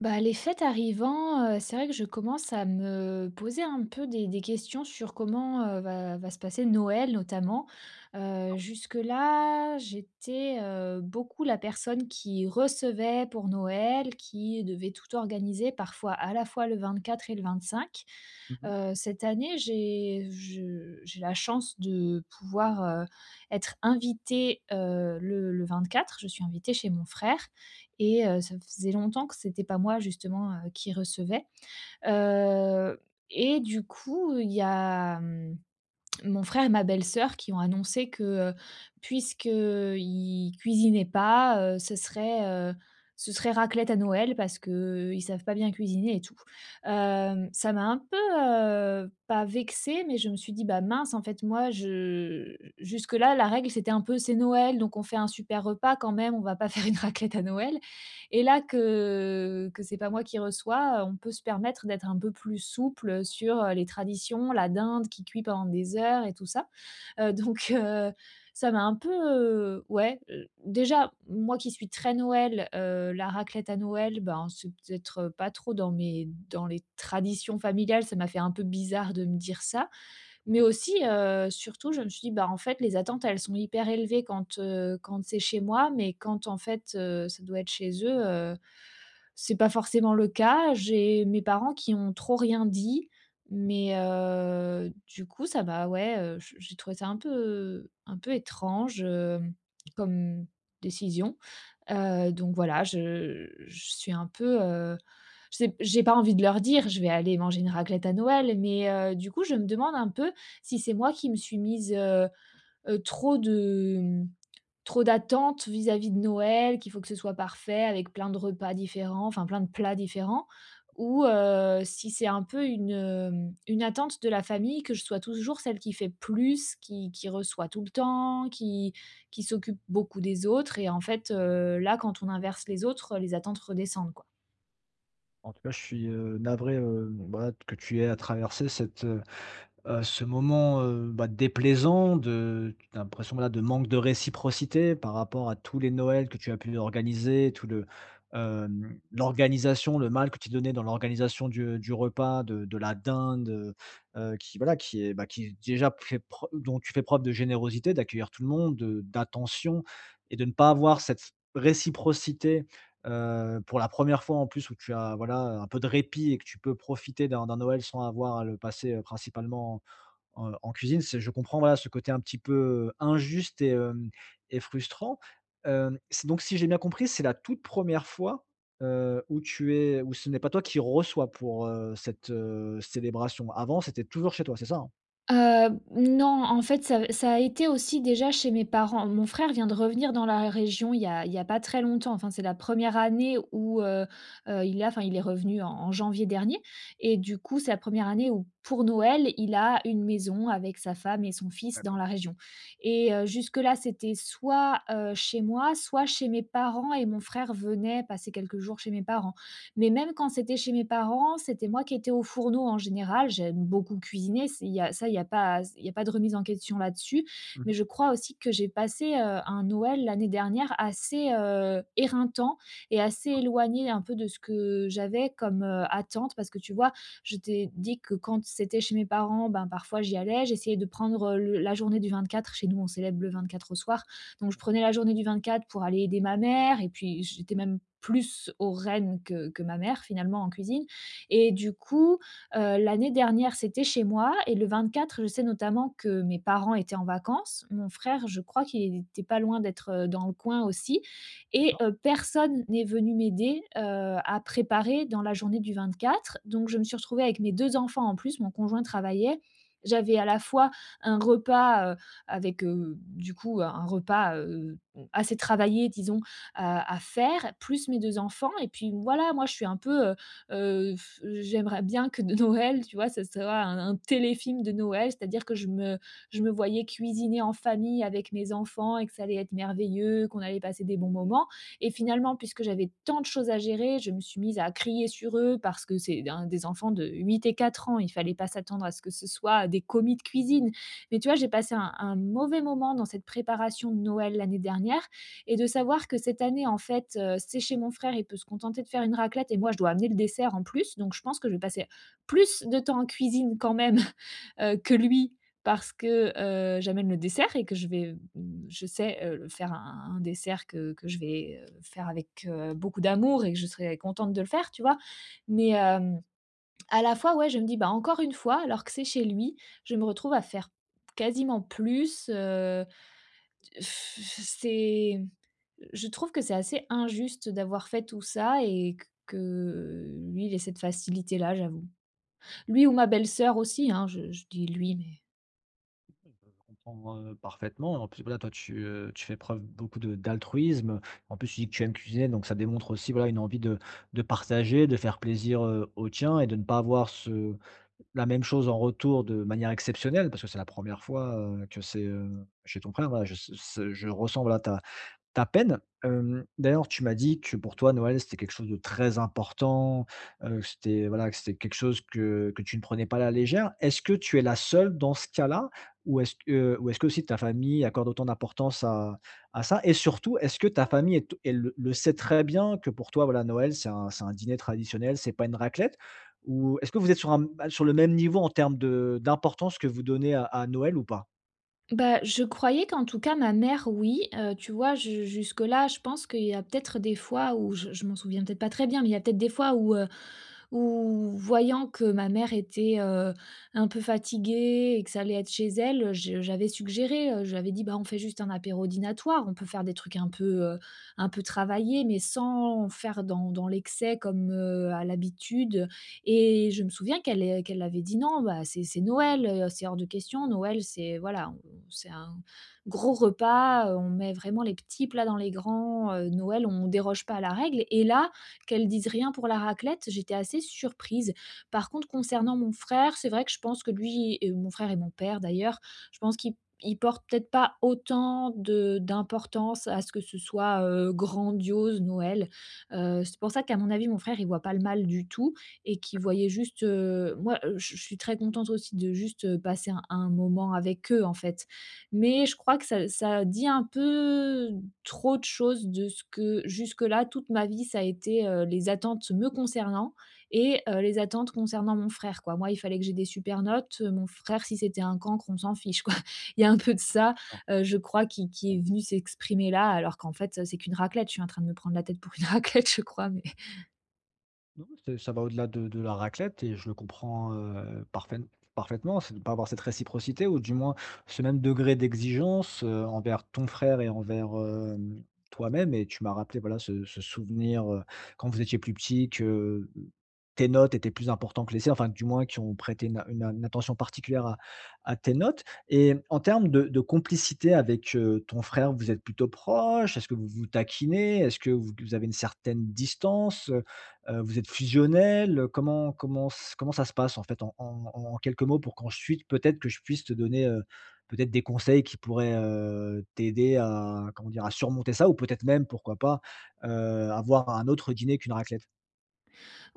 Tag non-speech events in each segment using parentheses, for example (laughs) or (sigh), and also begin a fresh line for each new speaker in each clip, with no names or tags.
Bah, les fêtes arrivant, c'est vrai que je commence à me poser un peu des questions sur comment, va se passer Noël notamment. Jusque-là, j'étais, beaucoup la personne qui recevait pour Noël, qui devait tout organiser, parfois à la fois le 24 et le 25.
Mmh.
Cette année, j'ai la chance de pouvoir, être invitée, le quatre Je suis invitée chez mon frère et ça faisait longtemps que c'était pas moi justement, qui recevais. Heu et du coup, il y a, mon frère et ma belle-sœur qui ont annoncé que, puisque ils cuisinaient pas, heu, ce serait raclette à Noël parce qu'ils savent pas bien cuisiner et tout. Ça m'a un peu, pas vexée, mais je me suis dit: «Bah mince, en fait, moi, je jusque-là, la règle, c'était un peu c'est Noël, donc on fait un super repas quand même, on va pas (laughs) faire une raclette à Noël». Et là que c'est pas moi qui reçois, on peut se permettre d'être un peu plus souple, sur, les traditions, la dinde qui cuit pendant des heures et tout ça. Donc ça m'a un peu, ouais, déjà, moi qui suis très Noël, la raclette à Noël, ben, c'est peut-être, pas trop dans les traditions familiales, ça m'a fait un peu bizarre de me dire ça. Mais aussi, surtout, je me suis dit: «Bah, en fait, les attentes, elles sont hyper élevées quand c'est chez moi, mais quand, en fait, ça doit être chez eux, c'est pas forcément le cas. J'ai mes parents qui ont trop rien dit, mais du coup, ça m'a ouais, j'ai trouvé ça un peu étrange, comme décision. Donc voilà, je suis un peu, je sais j'ai pas envie de leur dire: «Je vais aller manger une raclette à Noël», mais du coup, je me demande un peu si c'est moi qui me suis mise, trop de Trop d'attentes vis-à-vis de Noël, qu'il faut que ce soit parfait avec plein de repas différents, enfin plein de plats différents ou si c'est un peu une attente de la famille que je sois toujours celle qui fait plus, qui reçoit tout le temps, qui s'occupe beaucoup des autres et en fait, là quand on inverse les autres, les attentes redescendent, quoi.
En tout cas, je suis, navré, bah, que tu aies à traverser cette, ce moment, bah, déplaisant de tu l'impression, voilà, de manque de réciprocité par rapport à tous les Noëls que tu as pu organiser, tout le, l'organisation, le mal que tu donnais dans l'organisation du repas, de la dinde, qui, voilà, qui est, bah, qui déjà fait preu dont tu fais preuve de générosité, d'accueillir tout le monde, de d'attention et de ne pas avoir cette réciprocité. Pour la première fois en plus où tu as, voilà, un peu de répit et que tu peux profiter d'un Noël sans avoir à le passer, principalement en cuisine, c'est je comprends, voilà, ce côté un petit peu injuste et hem et frustrant. C'est donc si j'ai bien compris, c'est la toute première fois, où tu es où ce n'est pas toi qui reçois pour, cette, célébration. Avant, c'était toujours chez toi, c'est ça, hein?
Non, en fait, ça a été aussi déjà chez mes parents. Mon frère vient de revenir dans la région il y a pas très longtemps. Enfin, c'est la première année où, il a enfin, il est revenu en janvier dernier et du coup, c'est la première année où, pour Noël, il a une maison avec sa femme et son fils dans la région et jusque-là, c'était soit, chez moi, soit chez mes parents et mon frère venait passer quelques jours chez mes parents. Mais même quand c'était chez mes parents, c'était moi qui étais au fourneau en général. J'aime beaucoup cuisiner, c'est il y a ça, il y a pas de remise en question là-dessus. Mais
Mmh.
je crois aussi que j'ai passé, un Noël l'année dernière assez, éreintant et assez éloigné un peu de ce que j'avais comme, attente. Parce que tu vois, je t'ai dit que quand c'était chez mes parents, ben, parfois j'y allais, j'essayais de prendre, le la journée du 24. Chez nous, on célèbre le 24 au soir. Donc je prenais la journée du 24 pour aller aider ma mère et puis j'étais même plus aux rênes que ma mère finalement en cuisine et du coup, l'année dernière, c'était chez moi et le 24, je sais notamment que mes parents étaient en vacances. Mon frère, je crois qu'il était pas loin d'être, dans le coin aussi et
D'accord.
personne n'est venu m'aider, à préparer dans la journée du 24. Donc je me suis retrouvée avec mes 2 enfants en plus, mon conjoint travaillait. J'avais à la fois un repas, avec, du coup un repas, assez travaillé disons à faire, plus mes 2 enfants et puis voilà, moi je suis un peu, heu, j'aimerais bien que de Noël, tu vois, ce soit un téléfilm de Noël, c'est-à-dire que je me voyais cuisiner en famille avec mes enfants et que ça allait être merveilleux, qu'on allait passer des bons moments et finalement, puisque j'avais tant de choses à gérer, je me suis mise à crier sur eux parce que c'est un des enfants de 8 et 4 ans, il fallait pas s'attendre à ce que ce soit des commis de cuisine mais tu vois, j'ai passé un mauvais moment dans cette préparation de Noël l'année dernière et de savoir que cette année, en fait, c'est chez mon frère, il peut se contenter de faire une raclette et moi, je dois amener le dessert en plus. Donc je pense que je vais passer plus de temps en cuisine quand même, (laughs) que lui parce que, j'amène le dessert et que je vais, faire un dessert que je vais, faire avec, beaucoup d'amour et que je serai contente de le faire, tu vois? Mais, à la fois, ouais, je me dis: «Bah, encore une fois, alors que c'est chez lui, je me retrouve à faire quasiment plus, c'est je trouve que c'est assez injuste d'avoir fait tout ça et q que lui, il ait cette facilité-là, j'avoue. Lui ou ma belle-sœur aussi, hein, je dis lui, mais
Comprends, parfaitement. En plus, voilà, toi, tu, tu fais preuve beaucoup de d'altruisme. En plus, tu dis que tu aimes cuisiner, donc ça démontre aussi, voilà, une envie de partager, de faire plaisir, aux tiens et de ne pas avoir ce la même chose en retour de manière exceptionnelle, parce que c'est la première fois, que c'est, chez ton frère. Voilà, je ce ce je ressens, voilà, ta peine, d'ailleurs, tu m'as dit que pour toi Noël, c'était quelque chose de très important, que c'était voilà, que c'était quelque chose que tu ne prenais pas à la légère. Est-ce que tu es la seule dans ce cas-là? Ou est-ce que aussi ta famille accorde autant d'importance à ça? Et surtout, est-ce que ta famille est elle le sait très bien que pour toi, voilà, Noël, c'est un dîner traditionnel, c'est pas une raclette? Ou est-ce que vous êtes sur un sur le même niveau en termes de d'importance que vous donnez à Noël ou pas?
Bah, je croyais qu'en tout cas ma mère oui, tu vois? Ju jusque-là, je pense qu'il y a peut-être des fois où je m'en souviens peut-être pas très bien, mais il y a peut-être des fois où voyant que ma mère était, un peu fatiguée et que ça allait être chez elle, je j'avais suggéré, je dit: «Bah, on fait juste un apéro dînatoire, on peut faire des trucs un peu travaillés mais sans faire dans l'excès comme, à l'habitude». Et je me souviens qu'elle avait dit: «Non, bah, c'est Noël, c'est hors de question. Noël, c'est voilà, on c'est un gros repas, on met vraiment les petits plats dans les grands, Noël, on déroge pas à la règle» et là, qu'elle dise rien pour la raclette, j'étais assez surprise. Par contre, concernant mon frère, c'est vrai que je pense que lui et mon frère et mon père d'ailleurs, je pense qu'ils ils portent peut-être pas autant de d'importance à ce que ce soit, grandiose Noël. C'est pour ça qu'à mon avis, mon frère, il voit pas le mal du tout et qui voyaient juste, moi, je suis très contente aussi de juste, passer un moment avec eux, en fait. Mais je crois que ça dit un peu trop de choses de ce que jusque-là, toute ma vie, ça a été, les attentes me concernant et les attentes concernant mon frère, quoi. Moi, il fallait que j'ai des super notes, mon frère, si c'était un cancre, on s'en fiche, quoi. (laughs) Il y a un peu de ça,
D'accord.
je crois, qui est venu s'exprimer là, alors qu'en fait, c'est qu'une raclette. Je suis en train de me prendre la tête pour une (laughs) raclette, je crois, mais
Non, c'est ça va au-delà de la raclette et je le comprends, parfaitement. C'est de ne pas avoir cette réciprocité ou du moins ce même degré d'exigence, envers ton frère et envers, hem, toi-même et tu m'as rappelé, voilà, ce souvenir, quand vous étiez plus petits que tes notes étaient plus importants que les siens, enfin, du moins qui ont prêté une une attention particulière à tes notes et en termes de complicité avec, ton frère, vous êtes plutôt proches? Est-ce que vous vous taquinez? Est-ce que vous avez une certaine distance? Vous êtes fusionnel. Comment ça se passe en fait en quelques mots pour qu'ensuite peut-être que je puisse te donner, peut-être des conseils qui pourraient, t'aider à comment dire? À surmonter ça ou peut-être même pourquoi pas, heu, avoir un autre dîner qu'une raclette?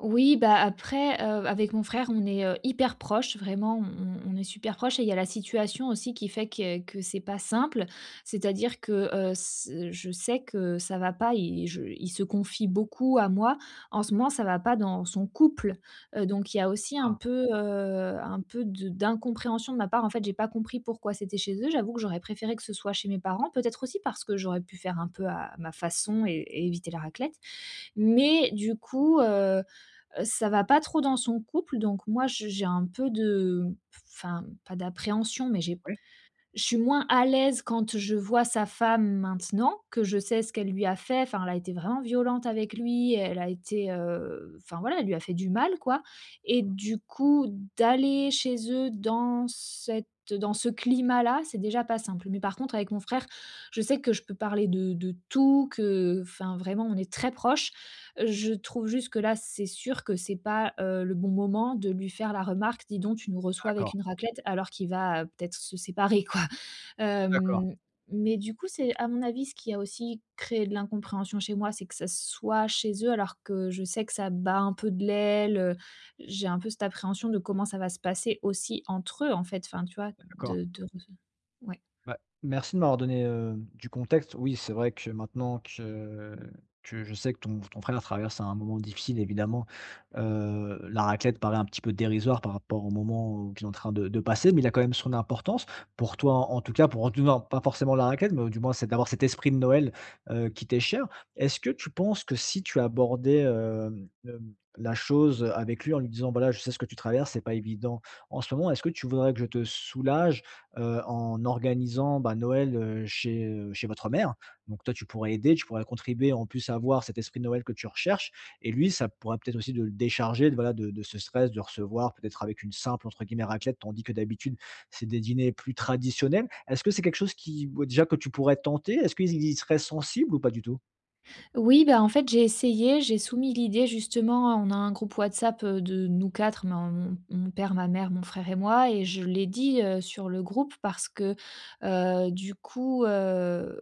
Oui, bah, après, avec mon frère, on est, hyper proches, vraiment, on est super proches et il y a la situation aussi qui fait que c'est pas simple. C'est-à-dire que, ce je sais que ça va pas, il se confie beaucoup à moi. En ce moment, ça va pas dans son couple, donc il y a aussi un
Ah
peu, heu, un peu de d'incompréhension de ma part. En fait, j'ai pas compris pourquoi c'était chez eux. J'avoue que j'aurais préféré que ce soit chez mes parents, peut-être aussi parce que j'aurais pu faire un peu à ma façon et éviter la raclette. Mais du coup, ça va pas trop dans son couple, donc moi je j'ai un peu de enfin, pas d'appréhension, mais j'ai
oui?
je suis moins à l'aise quand je vois sa femme maintenant, que je sais ce qu'elle lui a fait. Enfin, elle a été vraiment violente avec lui, elle a été, enfin voilà, elle lui a fait du mal quoi et du coup, d'aller chez eux dans cette dans ce climat-là, c'est déjà pas simple. Mais par contre avec mon frère, je sais que je peux parler de tout, que enfin vraiment on est très proches. Je trouve juste que là, c'est sûr que c'est pas, le bon moment de lui faire la remarque: «Dis donc, tu nous reçois avec
D'accord,
une raclette», alors qu'il va, peut-être se séparer, quoi. (laughs)
d'accord,
Hem, mais du coup, c'est à mon avis, ce qui a aussi créé de l'incompréhension chez moi, c'est que ça soit chez eux, alors que je sais que ça bat un peu de l'aile, j'ai un peu cette appréhension de comment ça va se passer aussi entre eux, en fait, enfin, tu vois?
d'accord.
De ouais.
Bah, merci de m'avoir donné, du contexte. Oui, c'est vrai que maintenant que je sais que ton frère traverse un moment difficile, évidemment, la raclette paraît un petit peu dérisoire par rapport au moment qu'il est en train de passer, mais il a quand même son importance. Pour toi, en tout cas, pour non, pas forcément la raclette, mais du moins, c'est d'avoir cet esprit de Noël, qui t'est cher. Est-ce que tu penses que si tu abordais, la chose avec lui en lui disant: «Voilà, je sais ce que tu traverses, c'est pas évident en ce moment. Est-ce que tu voudrais que je te soulage?» En organisant, bah, Noël, chez, chez votre mère. Donc toi, tu pourrais aider, tu pourrais contribuer, en plus, à avoir cet esprit de Noël que tu recherches et lui, ça pourrait peut-être aussi de le décharger de, voilà, de ce stress de recevoir peut-être avec une simple, entre guillemets, «raclette», tandis que d'habitude, c'est des dîners plus traditionnels. Est-ce que c'est quelque chose qui, ouais, déjà que tu pourrais tenter? Est-ce qu'ils y seraient sensibles ou pas du tout?
Oui, bah, en fait, j'ai essayé, j'ai soumis l'idée justement on a un groupe WhatsApp, de nous 4, ma mon mon père, ma mère, mon frère et moi et je l'ai dit, sur le groupe parce que, du coup,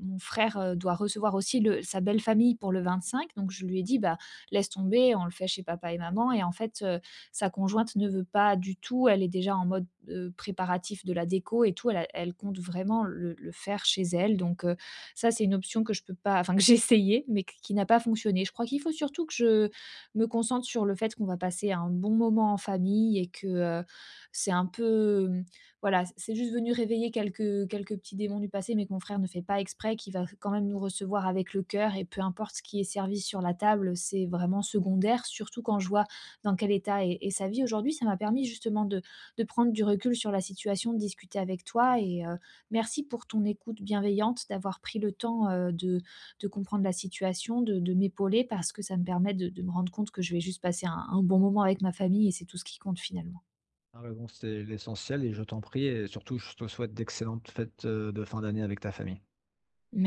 mon frère, doit recevoir aussi le sa belle famille pour le 25. Donc je lui ai dit: «Bah, laisse tomber, on le fait chez papa et maman» et en fait, sa conjointe ne veut pas du tout. Elle est déjà en mode, préparatif de la déco et tout. Elle compte vraiment le faire chez elle donc ça, c'est une option que je peux pas enfin que j'ai essayé, mais q qui n'a pas fonctionné. Je crois qu'il faut surtout que je me concentre sur le fait qu'on va passer un bon moment en famille et que, heu, c'est un peu, voilà, c'est juste venu réveiller quelques petits démons du passé, mais que mon frère ne fait pas exprès, qu'il va quand même nous recevoir avec le cœur et peu importe ce qui est servi sur la table, c'est vraiment secondaire, surtout quand je vois dans quel état est sa vie aujourd'hui. Ça m'a permis justement de prendre du recul sur la situation, de discuter avec toi. Merci pour ton écoute bienveillante, d'avoir pris le temps, de comprendre la situation, de m'épauler parce que ça me permet de me rendre compte que je vais juste passer un bon moment avec ma famille et c'est tout ce qui compte finalement.
Ta réponse est l'essentiel et je t'en prie et surtout, je te souhaite d'excellentes fêtes, de fin d'année avec ta famille.
Merci.